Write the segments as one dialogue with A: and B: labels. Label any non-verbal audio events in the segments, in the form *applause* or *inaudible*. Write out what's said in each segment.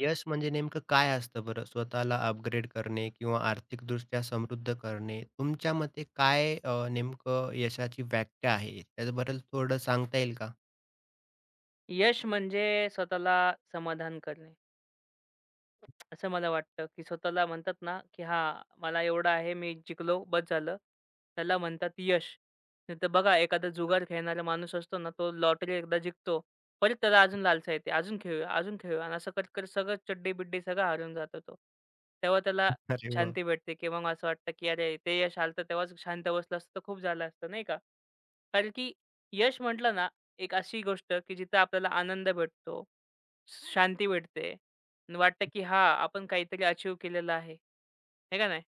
A: यश म्हणजे नेमकं काय असतं बरं? स्वतःला अपग्रेड करणे किंवा आर्थिकदृष्ट्या समृद्ध करणे. तुमच्या मते काय नेमकं यशाची व्याख्या आहे? त्याच्याबद्दल थोडं सांगता येईल का?
B: यश म्हणजे स्वतःला समाधान करणे. असं मला वाटतं, की स्वतःला म्हणतात ना, की हां, मला एवढं आहे, मी जिंकलो, बस झालं. त्याला म्हणतात यश. नाहीतर बघा एखादा जुगार खेळणारा माणूस असतो ना, तो लॉटरी एकदा जिंकतो. परत त्याला अजून लालसा येते. अजून खेळूया, अजून खेळूया आणि असं करत-करत सगळं चड्डी-बिड्डी सगळं हरवून जातो तो. तेव्हा त्याला
A: *laughs* अरे वाह!
B: शांती भेटते, की मग असं वाटतं, की अरे, ते यश आलं तर तेव्हाच शांत बसलं असतं तर खूप झालं असतं, नाही का? कारण की यश म्हटलं ना, एक अशी गोष्ट की जिथं आपल्याला आनंद भेटतो, शांती भेटते आणि वाटतं की हां, आपण काहीतरी अचीव्ह केलेलं आहे. हे का नाही?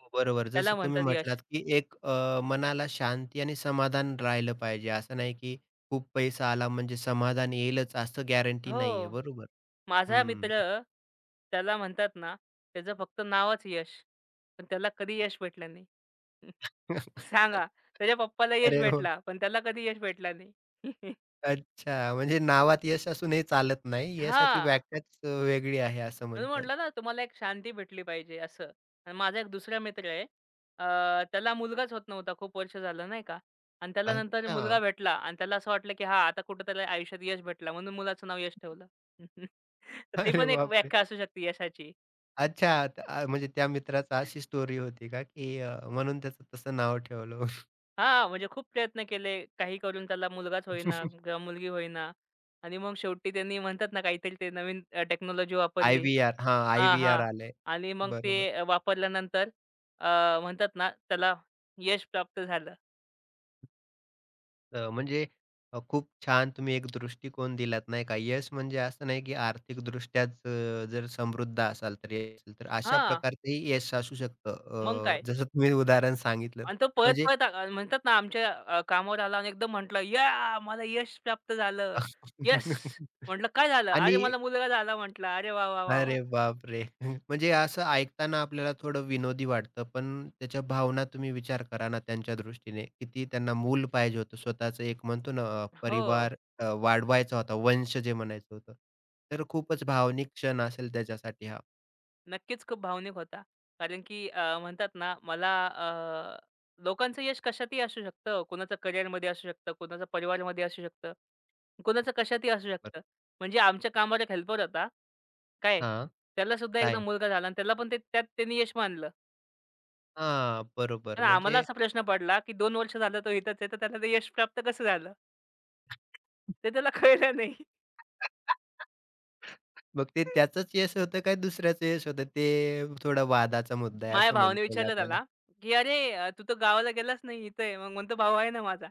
A: हो, बरोबर.
B: त्याला
A: जसं तुम्ही
B: म्हणतात यश.
A: म्हटलात, की एक मनाला शांती आणि समाधान राहिलं पाहिजे. असं नाही, की खूप पैसा आला म्हणजे समाधान येईलच असं गॅरंटी नाहीये.
B: हो.
A: बरोबर.
B: माझा
A: हं.
B: मित्र त्याला म्हणतात ना, त्याचं फक्त नावच यश. पण त्याला कधी यश भेटलं नाही. *laughs*
A: *laughs*
B: सांगा, त्याच्या पप्पाला यश
A: अरे
B: भेटला, पण त्याला कधी यश भेटला नाही. *laughs*
A: अच्छा, म्हणजे नावात यश असूनही चालत नाही. यशाची
B: हां.
A: व्याख्याच वेगळी आहे असं
B: म्हणून
A: म्हणता येईल.
B: म्हटलं ना, तुम्हाला एक शांती भेटली पाहिजे असं. आणि माझा एक दुसरा मित्र आहे. त्याला मुलगाच होत नव्हता. खूप वर्ष झालं नाही का. आणि त्याला नंतर
A: अच्छा.
B: मुलगा भेटला आणि त्याला असं वाटलं, की हां, आता कुठं त्याला आयुष्यात यश भेटला म्हणून मुलाचं नाव यश ठेवलं. *laughs* तर ती
A: अरे
B: पण एक
A: बापरे!
B: व्याख्या असू शकते यशाची.
A: अच्छा, म्हणजे त्या मित्राचा अशी स्टोरी होती का, की म्हणून त्याचं तसं नाव ठेवलं.
B: हां, म्हणजे खूप प्रयत्न केले. काही करून त्याला मुलगाच होईना
A: *laughs*
B: किंवा मुलगी होईना आणि मग शेवटी त्यांनी म्हणतात ना, काहीतरी ते नवीन टेक्नॉलॉजी वापरली.
A: आय-व्ही-आर हां,
B: हा
A: आय-व्ही-आर
B: हां.
A: आलंय.
B: आणि मग ते
A: बरोबर.
B: वापरल्यानंतर म्हणतात ना, त्याला यश प्राप्त झालं.
A: म्हणजे खूप छान तुम्ही एक दृष्टिकोन दिलात नाही का. यश म्हणजे असं नाही, की आर्थिकदृष्ट्याच जर समृद्ध असाल तर यश असेल, तर अशा
B: हां,
A: प्रकारचंही यश असू
B: मग
A: शकतं.
B: काय.
A: जसं तुम्ही उदाहरण सांगितलंत.
B: आणि तो
A: म्हणजे
B: पळत-पळत म्हणतात ना, आमच्या कामावर आला आणि एकदम म्हटला, "या! मला यश प्राप्त झालं. येस!"
A: *laughs*
B: म्हटलं, "काय झालं?" "अरे,
A: आणि
B: मला मुलगा झाला." म्हटला. "अरे वाह, वाह, वाह, वाह!"
A: अरे बापरे! *laughs* म्हणजे असं ऐकताना आपल्याला थोडं विनोदी वाटतं, पण त्याच्या भावना तुम्ही विचार करा ना त्यांच्या दृष्टीने, किती त्यांना मूल पाहिजे होतं. स्वतःचं एक म्हणतो ना
B: हो.
A: परिवार वाढवायचा होता, वंश जे म्हणायचं होतं. तर खूपच भावनिक क्षण असेल त्याच्यासाठी हा.
B: नक्कीच खूप भावनिक होता. कारण की म्हणतात ना मला लोकांचं यश कशातही असू शकतं. कोणाचं करिअरमध्ये असू शकतं, कोणाचं परिवारमध्ये असू शकतं, कोणाचं कशातही असू
A: बरं
B: शकतं. म्हणजे आमच्या कामावर एक हेल्पर होता. काय,
A: हां,
B: त्याला सुद्धा एकदा
A: काय?
B: मुलगा झाला आणि त्याला पण ते त्यात त्यांनी यश मानलं.
A: हां, बरोबर.
B: पण आम्हाला
A: म्हणजे
B: असा प्रश्न पडला, की 2 वर्ष झालं तो इथंच आहे, तर त्याला ते यश प्राप्त कसं झालं? ते त्याला कळलं नाही.
A: मग ते
B: *laughs*
A: त्याचंच यश होतं, काय दुसऱ्याचं यश होतं? ते थोडा वादाचा मुद्दा आहे
B: माझ्या
A: असं
B: भावाने
A: म्हणता येईल
B: विचारलं
A: आपल्याला.
B: त्याला, की "अरे, तू तर गावाला गेलाच नाही, इथं आहे." मग म्हणतो, "भाऊ आहे ना माझा."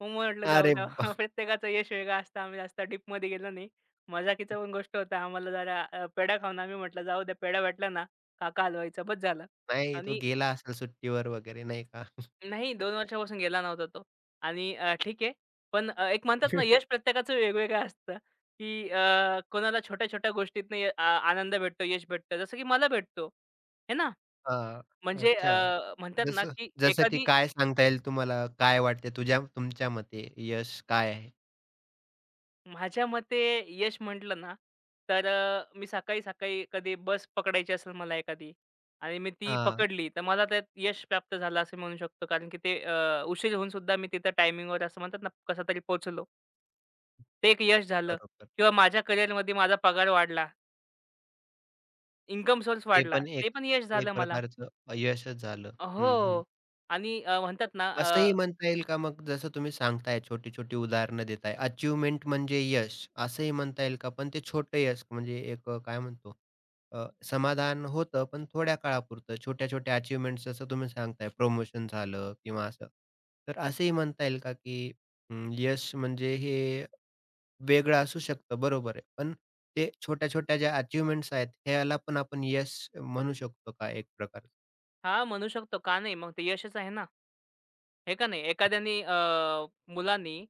B: मग म्हटलं जाऊ
A: अरे
B: द्या. *laughs* प्रत्येकाचं यश वेगळं असतं. आम्ही जास्त डीपमध्ये गेलो नाही. मजाकीचं पण गोष्ट होता. आम्हाला जरा पेढा खाऊन आम्ही म्हटलं जाऊ द्या पेढा भेटला ना काका हलवायचा बस झालं.
A: नाही, तो
B: आणि
A: गेला असेल सुट्टीवर वगैरे नाही का?
B: नाही 2 वर्षापासून गेला नव्हता तो. आणि ठीक आहे. पण एक म्हणतात ना
A: *laughs*
B: यश प्रत्येकाचं वेगवेगळं असतं, की कोणाला छोट्या-छोट्या गोष्टीतनं य आ आनंद भेटतो, यश भेटतं. जसं की मला भेटतो. आहे ना?
A: हां,
B: म्हणजे
A: अच्छा.
B: म्हणतात ना,
A: जसं
B: की
A: जसं की
B: एखादी
A: काय सांगता येईल तुम्हाला? काय वाटते तुमच्या मते यश काय आहे?
B: माझ्या मते यश म्हटलं ना, तर मी सकाळी-सकाळी कधी बस पकडायची असेल मला एखादी आणि मी ती
A: हां,
B: पकडली, तर मला त्यात यश प्राप्त झालं असं म्हणू शकतो. कारण की ते उशीर होऊन सुद्धा मी तिथं टायमिंगवर असं म्हणतात ना, कसंतरी पोहोचलो. ते एक यश झालं
A: बरोबर.
B: किंवा माझ्या करिअरमध्ये माझा पगार वाढला, इन्कम सोर्स
A: ते
B: वाढला.
A: पण एक
B: ते पण यश झालं
A: एक
B: मला.
A: प्रकारचं अपयशच झालं.
B: हो
A: हं, हं.
B: आणि म्हणतात ना
A: असंही म्हणता येईल का मग जसं तुम्ही सांगताय छोटी-छोटी उदाहरणं देताय, अचीव्हमेंट म्हणजे यश असंही म्हणता येईल का? पण ते छोटं यश म्हणजे एक काय म्हणतो समाधान होतं पण थोड्या काळापुरतं. छोट्या-छोट्या अचीव्हमेंट्स जसं तुम्ही सांगताय प्रमोशन झालं किंवा असं. तर असंही म्हणता येईल का, की यश म्हणजे हे वेगळं असू शकतं बरोबर आहे. पण ते छोट्या-छोट्या ज्या अचीव्हमेंट्स आहेत ह्याला पण आपण यश म्हणू शकतो का एक प्रकारे?
B: हां, म्हणू शकतो. का नाही? मग ते यशच आहे ना, हे का नाही? एखाद्याने मुलांनी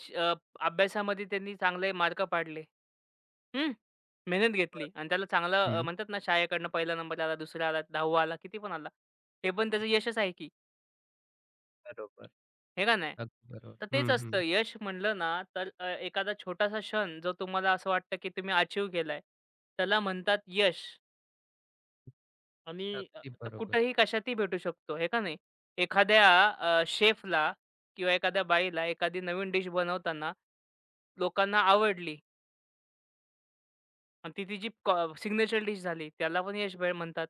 B: श अ, अभ्यासामध्ये त्यांनी चांगले मार्क पाडले. हं. मेहनत घेतली
A: बरं.
B: आणि त्याला चांगला
A: हं.
B: म्हणतात ना शाळेकडनं 1ला नंबर आला, दुसरा आला, 10वा आला, किती पण आला. ते पण त्याचं यशच आहे की,
A: बरोबर.
B: हे का नाही?
A: अगदी बरोबर.
B: तर
A: हं,
B: तेच असतं
A: हं.
B: यश म्हणलं ना, तर एखादा छोटासा क्षण जो तुम्हाला असं वाटतं की तुम्ही अचीव्ह केलाय, त्याला म्हणतात यश आणि
A: अगदी
B: तर
A: बरोबर.
B: कुठेही कशातही भेटू शकतो, हे का नाही? एखाद्या शेफला किंवा एखाद्या बाईला एखादी नवीन डिश बनवताना लोकांना आवडली. आणि ती तिची सिग्नेचर डिश झाली. त्याला पण यश भेळ म्हणतात.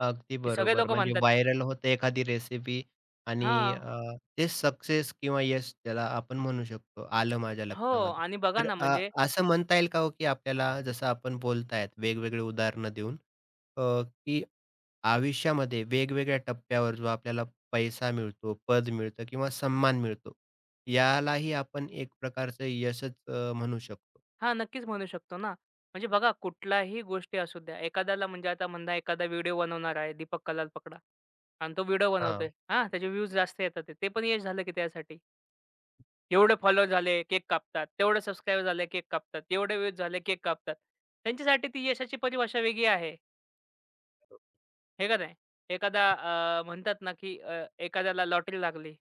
A: अगदी
B: ते सगळे
A: बरोबर.
B: लोकं
A: म्हणजे
B: म्हणतात
A: व्हायरल होते एखादी रेसिपी आणि
B: हां.
A: ते सक्सेस किंवा यश त्याला आपण म्हणू शकतो. आलं माझ्या
B: हो
A: लक्षामध्ये.
B: आणि बघा
A: तर
B: ना म्हणजे
A: असं म्हणता येईल का हो, की आपल्याला जसं आपण बोलतायत वेगवेगळे उदाहरणं देऊन की आयुष्यामध्ये वेगवेगळ्या टप्प्यावर जो आपल्याला पैसा मिळतो, पद मिळतं किंवा सन्मान मिळतो, यालाही आपण एक प्रकारचं यशच म्हणू शकतो?
B: हां, नक्कीच म्हणू शकतो ना. म्हणजे बघा कुठलाही गोष्टी असू द्या. एखाद्याला म्हणजे आता म्हणा एखादा व्हिडिओ बनवणार आहे दीपक कलाल पकडा आणि तो व्हिडिओ बनवतोय.
A: हां.
B: हां, त्याचे व्ह्यूज जास्त येतात आहे. ते पण यश झालं की त्यासाठी. एवढे फॉलोअर झाले, केक कापतात. तेवढे सबस्क्राईबर झाले, केक कापतात. एवढे व्ह्यूज झाले, केक कापतात. त्यांच्यासाठी ती यशाची परिभाषा वेगळी आहे. हे का नाही? एखादा म्हणतात ना की एखाद्याला लॉटरी लागली.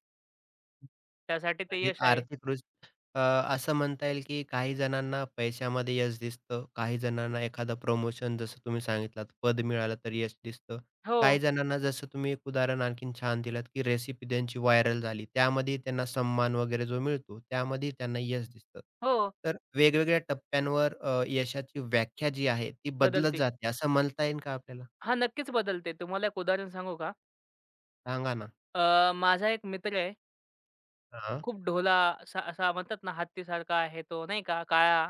B: त्यासाठी ते
A: म्हणजे
B: यश आहे.
A: अ, असं म्हणता येईल, की काही जणांना पैशामध्ये यश दिसतं, काही जणांना एखादं प्रमोशन जसं तुम्ही सांगितलात, पद मिळालं तर यश दिसतं.
B: हो,
A: काही जणांना जसं तुम्ही एक उदाहरण आणखीन छान दिलत, की रेसिपी त्यांची व्हायरल झाली, त्यामध्ये त्यांना सन्मान वगैरे जो मिळतो, त्यामध्ये त्यांना यश दिसतं.
B: हो,
A: तर वेगवेगळ्या टप्प्यांवर यशाची व्याख्या जी आहे, ती बदलत
B: बदलते.
A: जाते असं म्हणता येईल का आपल्याला?
B: हां, नक्कीच बदलते. तुम्हाला एक उदाहरण सांगू का?
A: सांगा ना?
B: माझा एक मित्र आहे.
A: हां.
B: खूप ढोला असा असा म्हणतात ना, हत्तीसारखा आहे तो, नाही का, काळा.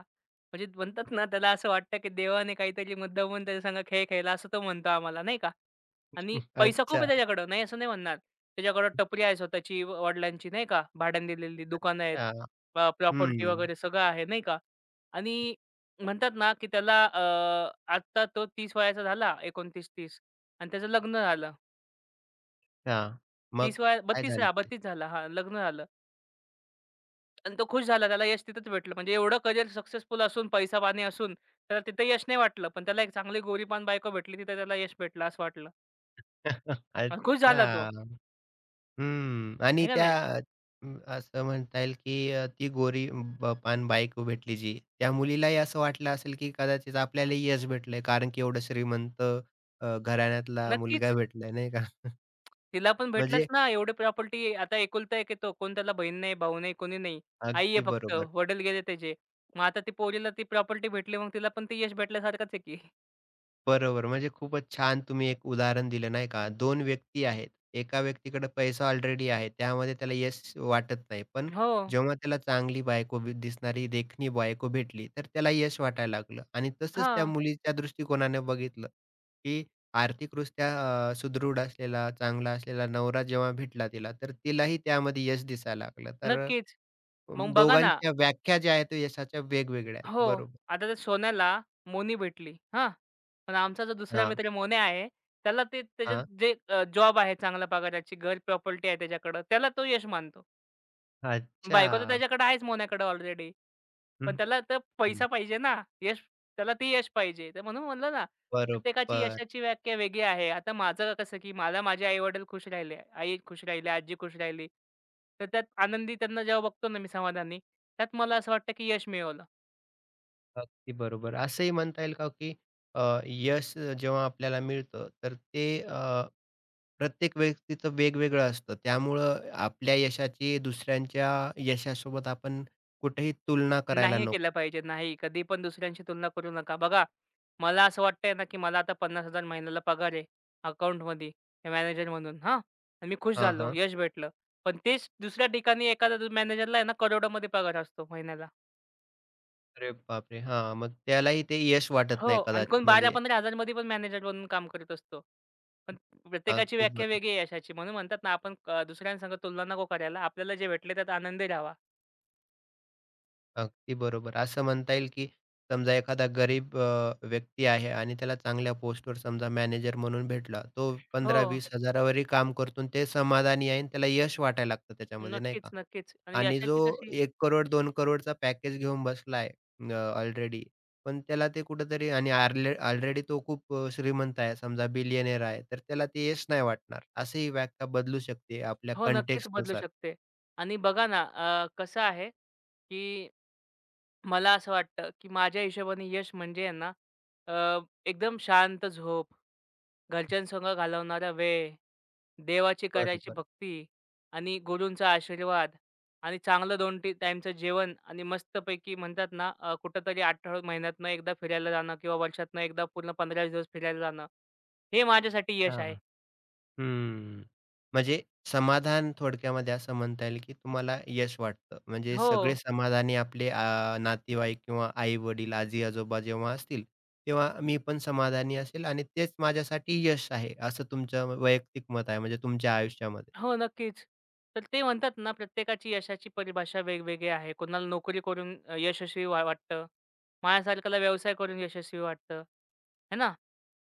B: म्हणजे म्हणतात ना, त्याला असं वाटतं की देवाने काहीतरी मुद्दामून त्याच्या संग खेळ खेळला, असं तो म्हणतो आम्हाला, नाही का? आणि
A: *laughs*
B: पैसा खूप
A: अच्छा.
B: आहे त्याच्याकडं, नाही असं नाही म्हणणार. त्याच्याकडं टपरी आहे स्वतःची, व वडिलांची नाही का, भाड्याने दिलेली दुकानं आहेत.
A: हां.
B: प्रॉपर्टी
A: हं.
B: वगैरे सगळं आहे नाही का. आणि म्हणतात ना, की त्याला आत्ता तो 30 वयाचा झाला, 29-30 आणि त्याचं लग्न झालं.
A: हां. मग
B: 30 वया
A: काय
B: 32
A: झालं
B: हां,
A: पुढे?
B: 32 झाला. हां, लग्न झालं आणि तो खुश झाला. त्याला यश तिथंच भेटलं. म्हणजे एवढं करिअर सक्सेसफुल असून, पैसा-पाणी असून त्याला तिथं यश नाही वाटलं. पण त्याला एक चांगली गोरीपान बायको भेटली, तिथं त्याला यश भेटलं असं वाटलं
A: *laughs*
B: आणि खुश झाला तो.
A: अच्छा. हं.
B: आहे
A: आणि
B: का नाही?
A: अ, असं म्हणता येईल, की ती गोरी पान बायको भेटली जी, त्या मुलीलाही असं वाटलं असेल, की कदाचित आपल्याला यश भेटलंय कारण की एवढं श्रीमंत घराण्यातला मुलगा
B: नक्कीच.
A: भेटलाय, नाही का? *laughs*
B: तिला पण भेटलंच
A: म्हणजे
B: ना, एवढी प्रॉपर्टी आता एकुलता एक आहे तो. कोण त्याला बहीण नाही, भाऊ नाही, कोणी नाही. आई आहे
A: अगदी
B: फक्त,
A: बरोबर.
B: वडील गेले त्याचे. मग आता ती पोरीला ती प्रॉपर्टी भेटली, मग तिला पण ते यश भेटल्यासारखंच आहे की.
A: बरोबर. म्हणजे खूपच छान तुम्ही एक उदाहरण दिलं नाही का? दोन व्यक्ती आहेत. एका व्यक्तीकडे पैसा ऑलरेडी आहे. त्यामध्ये त्याला यश वाटत नाही. पण
B: हो.
A: जेव्हा त्याला चांगली बायको दिसणारी देखणी बायको भेटली, तर त्याला यश वाटायला लागलं आणि तसंच त्या
B: हां,
A: मुलीच्या दृष्टिकोनाने बघितलं, की आर्थिकदृष्ट्या सुदृढ असलेला, चांगला असलेला नवरा जेव्हा भेटला तिला, तर तिलाही त्यामध्ये यश दिसायला लागलं. तर
B: नक्कीच. मग बघा ना
A: दोघांच्या व्याख्या ज्या आहेत, त्या यशाच्या वेगवेगळ्या आहेत.
B: हो,
A: बरोबर.
B: आता त्या सोन्याला मोनी भेटली, हां. पण आमचा जो दुसरा
A: हां,
B: मित्र मोन्या आहे, त्याला ते त्याचे
A: हां.
B: जे जॉब आहे चांगल्या पगाराची, घर प्रॉपर्टी आहे त्याच्याकडं, त्याला तो यश मानतो. बायको तर
A: अच्छा.
B: त्याच्याकडे आहेच मोन्याकडे ऑलरेडी. पण त्याला तर पैसा
A: हं.
B: पाहिजे ना, यश त्याला ते यश पाहिजे. तर म्हणून म्हणलं ना, प्रत्येकाची
A: बरोबर.
B: यशाची व्याख्या वेगळी आहे. आता माझं कसं, की मला माझे आई-वडील खुश राहिले, आई खुश राहिली, आजी खुश राहिली. तर त्यात आनंदी त्यांना जेव्हा बघतो ना मी समाधानी, त्यात मला असं वाटतं, की यश मिळवलं.
A: अगदी बरोबर. असंही म्हणता येईल का, हो की यश जेव्हा आपल्याला मिळतं, तर ते प्रत्येक व्यक्तीचं वेगवेगळं असतं. त्यामुळं आपल्या यशाची दुसऱ्यांच्या यशासोबत आपण कुठेही तुलना करायला
B: नाही केलं
A: नको.
B: पाहिजे. नाही. कधी पण दुसऱ्यांशी तुलना करू नका. बघा, मला असं वाटतंय ना, की मला आता 50,000 महिन्याला पगार आहे अकाउंटमध्ये मॅनेजर म्हणून, हां. आणि मी खुश
A: हां,
B: झालो,
A: हां.
B: यश भेटलं. पण तेच दुसऱ्या ठिकाणी एखादा मॅनेजरला आहे ना, करोडोमध्ये पगार असतो महिन्याला.
A: अरे बापरे! हां, मग त्यालाही ते यश वाटत
B: हो.
A: नाही
B: आणि कोण
A: कदाचित म्हणजे
B: 12,000-15,000 मध्ये पण मॅनेजर बनून काम करत असतो. पण प्रत्येकाची
A: अगदी
B: व्याख्या
A: बरोबर.
B: वेगळी आहे यशाची. म्हणून म्हणतात ना, आपण दुसऱ्यांसंग तुलना नको करायला. आपल्याला जे भेटले त्यात आनंदी राहावा.
A: अगदी बरोबर. असं म्हणता येईल, की समजा एखादा गरीब व्यक्ती आहे आणि त्याला चांगल्या पोस्टवर समजा मॅनेजर म्हणून भेटला. तो
B: हो.
A: 15-20 हजारावरही काम करतो आणि ते समाधानी आहे आणि त्याला यश वाटायला लागतं त्याच्यामध्ये नाही
B: नक्कीच,
A: का?
B: नक्कीच. आणि
A: आणि जो
B: यशाची कशी
A: एक करोड, दोन करोडचा पॅकेज घेऊन बसला आहे ऑलरेडी. पण त्याला ते कुठेतरी आणि ऑलरेडी तो खूप श्रीमंत आहे समजा बिलियनेअर आहे. तर त्याला ते यश नाही वाटणार. अशी ही व्याख्या बदलू शकते आपल्या
B: हो, नक्कीच बदलू
A: कंटेक्स्टनुसार.
B: शकते. आणि बघा ना, कसं आहे, की मला असं वाटतं, की माझ्या हिशोबाने यश म्हणजे आहे ना, अ, एकदम शांत झोप, घरच्यांसंग घालवणारा वेळ, देवाची करायची
A: बरोबर.
B: भक्ती आणि गुरूंचा आशीर्वाद आणि चांगलं 2 टी टाईमचं जेवण आणि मस्तपैकी म्हणतात ना, कुठेतरी आठवड्यात महिन्यातनं एकदा फिरायला जाणं किंवा वर्षातनं एकदा पूर्ण 15 दिवस फिरायला जाणं. हे माझ्यासाठी यश आहे.
A: हां. हम्म. म्हणजे समाधान थोडक्यामध्ये असं म्हणता येईल की तुम्हाला यश वाटतं. म्हणजे
B: हो.
A: सगळे समाधानी आपले नातेवाईक किंवा आई-वडील, आजी-आजोबा जेव्हा असतील, तेव्हा मी पण समाधानी असेल आणि तेच माझ्यासाठी यश आहे, असं तुमचं वैयक्तिक मत आहे म्हणजे तुमच्या आयुष्यामध्ये.
B: हो, नक्कीच. तर ते म्हणतात ना, प्रत्येकाची यशाची परिभाषा वेगवेगळी आहे. कोणाला नोकरी करून यशस्वी व्हा वाटतं. माझ्यासारख्याला व्यवसाय करून यशस्वी वाटतं, है ना?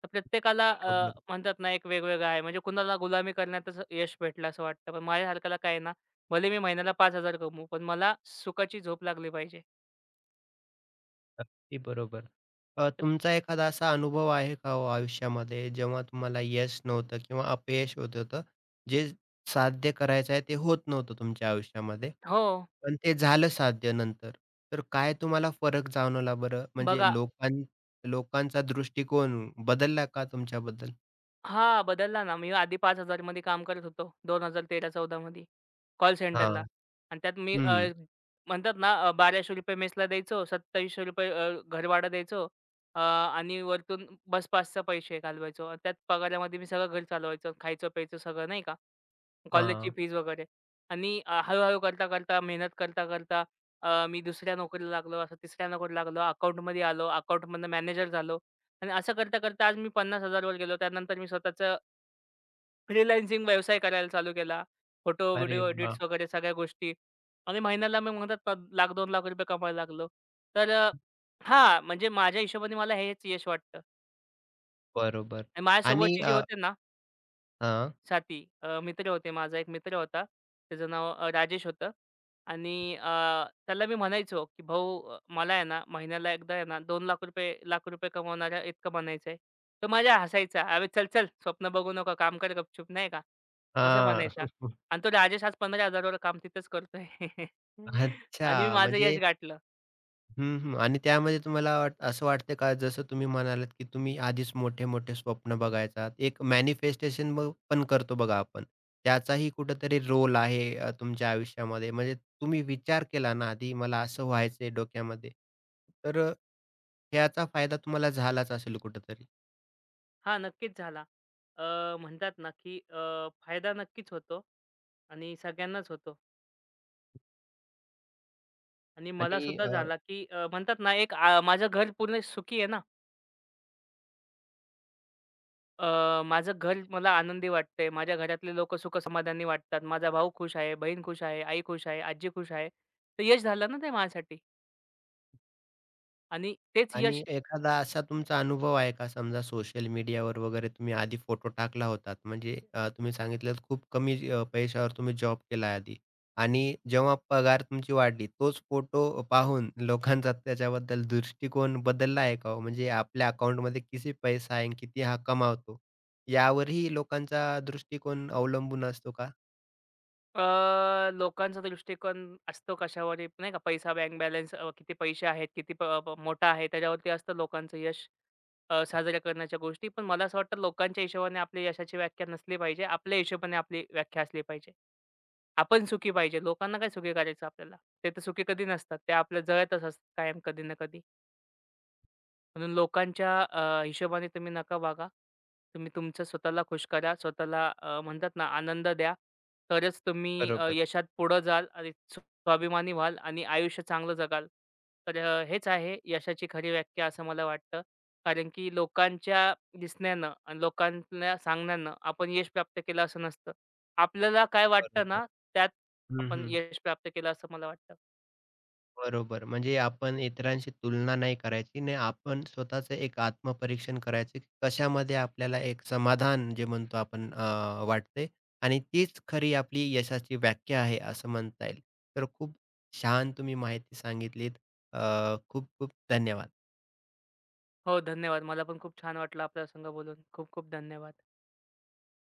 B: तर प्रत्येकाला
A: बरोबर. बरोबर.
B: म्हणतात ना, एक वेगवेगळं आहे. म्हणजे कुणाला गुलामी करण्यातच यश भेटलं असं वाटतं. पण माझ्यासारख्याला काय आहे ना, भले मी महिन्याला 5,000 कमवू, पण मला सुखाची झोप लागली पाहिजे.
A: अगदी बरोबर.
B: तर
A: तुमचा एखादा असा अनुभव आहे का हो आयुष्यामध्ये जेव्हा तुम्हाला यश नव्हतं किंवा अपयश होत होतं, जे साध्य करायचं आहे ते होत नव्हतं तुमच्या आयुष्यामध्ये.
B: हो,
A: पण ते झालं साध्य नंतर. तर काय तुम्हाला फरक जाणवला बरं? म्हणजे
B: बघा
A: लोकांचा दृष्टिकोन बदलला का तुमच्याबद्दल?
B: हां, बदलला ना. मी आधी 5,000 मध्ये काम करत होतो. दोन हजार तेरा 14 मध्ये कॉल
A: हां.
B: सेंटरला आणि त्यात मी
A: हं.
B: म्हणतात ना ₹1,200 मेसला द्यायचो, ₹2,700 घरभाडं द्यायचो आणि वरतून बस पासचा पैसे घालवायचो आणि त्यात पगारामध्ये मी सगळं घर चालवायचो, खायचं-प्यायचं सगळं नाही का. कॉलेजची
A: हां.
B: फीज वगैरे आणि हळू करता-करता, मेहनत करता-करता मी दुसऱ्या नोकरीला लागलो, असं तिसऱ्या नोकरीला लागलो, अकाउंटमध्ये आलो, अकाउंटमधनं मॅनेजर झालो आणि असं करता-करता आज मी 50,000 वर गेलो. त्यानंतर मी स्वतःचं फ्रीलान्सिंग व्यवसाय करायला चालू केला. फोटो,
A: अरे
B: व्हिडिओ
A: वाह!
B: एडिट्स वगैरे सगळ्या गोष्टी आणि महिन्याला मी म्हणतात ना ₹1,00,000-2,00,000 कमवायला लागलो. तर हां, म्हणजे माझ्या हिशोबाने मला हेच यश वाटतं
A: बरोबर.
B: आणि
A: आणि
B: माझ्यासोबतची जी होते ना
A: हां.
B: साथी मित्र होते. माझा एक मित्र होता. त्याचं नाव राजेश होतं आणि त्याला मी म्हणायचो, की "भाऊ मला आहे ना, महिन्याला एकदा आहे ना ₹2,00,000 ₹1,00,000 कमवणाऱ्या इतकं बनायचंय." तो माझ्या हसायचा. "अबे चल-चल स्वप्न बघू नको. काम कर गपचूप." नाही का? असं
A: हां.
B: म्हणायचा.
A: *laughs*
B: आणि तो राजेश आज 15,000 वर काम तिथेच करतोय. *laughs* आणि मी
A: अच्छा.
B: माझं यश
A: म्हणजे
B: गाठलं.
A: हं, हं. आणि त्यामध्ये तुम्हाला असं वाटतं का, जसं तुम्ही म्हणालात, की तुम्ही आधीच मोठे-मोठे स्वप्न बघायचा, एक मॅनिफेस्टेशन मग पण करतो बघा आपण. त्याचाही कुठेतरी रोल आहे तुमच्या आयुष्यामध्ये. म्हणजे तुम्ही विचार केला ना आधी, मला असं व्हायचंय डोक्यामध्ये. तर ह्याचा फायदा तुम्हाला झालाच असेल कुठेतरी.
B: हां, नक्कीच झाला. अ, म्हणतात ना, की फायदा नक्कीच होतो आणि सगळ्यांनाच होतो. आणि मला
A: आणि
B: सुद्धा झाला, की म्हणतात ना, एक माझं घर पूर्ण सुखी आहे ना. माझं घर मला आनंदी वाटतंय. माझ्या घरातले लोकं सुखसमाधानी वाटतात. माझा भाऊ खुश आहे, बहीण खुश आहे, आई खुश आहे, आजी खुश आहे. तर यश झालं ना ते माझ्यासाठी आणि तेच यश
A: आणि एखादा असा तुमचा अनुभव आहे का? समजा सोशल मीडियावर वगैरे तुम्ही आधी फोटो टाकला होतात. म्हणजे तुम्ही सांगितलंत खूप कमी पैशावर तुम्ही जॉब केला आधी आणि जेव्हा पगार तुमची वाढली, तोच फोटो पाहून लोकांचा त्याच्याबद्दल दृष्टिकोन बदलला आहे का हो? म्हणजे आपल्या अकाउंटमध्ये किती पैसा आहे आणि किती हा कमावतो, यावरही लोकांचा दृष्टिकोन अवलंबून असतो का?
B: अ, लोकांचा दृष्टिकोन असतो कशावरही नाही का, पैसा, बँक बॅलन्स, किती पैसे आहेत, किती प प मोठा आहे, त्याच्यावरती असतं लोकांचं यश साजऱ्या करण्याच्या गोष्टी. पण मला असं वाटतं, लोकांच्या हिशोबाने आपल्या यशाची व्याख्या नसली पाहिजे. आपल्या हिशोबाने आपली व्याख्या असली पाहिजे. आपण सुखी पाहिजे. लोकांना काय सुखी करायचं आपल्याला. ते तर सुखी कधी नसतात. ते आपल्या जळतच असतात कायम कधी ना कधी. म्हणून लोकांच्या हिशोबाने तुम्ही नका वागा. तुम्ही तुमचं स्वतःला खुश करा. स्वतःला म्हणतात ना आनंद द्या. तरच तुम्ही
A: बरोबर,
B: यशात पुढं जाल आणि स्वाभिमानी व्हाल आणि आयुष्य चांगलं जगाल. तर हेच आहे यशाची खरी व्याख्या असं मला वाटतं. कारण की लोकांच्या दिसण्यानं आणि लोकांना सांगण्यानं आपण यश प्राप्त केलं असं नसतं. आपल्याला काय वाटतं
A: बरोबर.
B: ना, त्यात
A: हं,
B: आपण
A: हं.
B: यश प्राप्त केलं असं मला वाटतं.
A: बरोबर. म्हणजे आपण इतरांशी तुलना नाही करायची. नाही, आपण स्वतःचं एक आत्मपरीक्षण करायचं, की कशामध्ये आपल्याला एक समाधान जे म्हणतो आपण वाटते आणि तीच खरी आपली यशाची व्याख्या आहे असं म्हणता येईल. तर खूप छान तुम्ही माहिती सांगितलीत. खूप खूप धन्यवाद.
B: हो, धन्यवाद. मला पण खूप छान वाटलं आपल्या संग बोलून. खूप खूप धन्यवाद.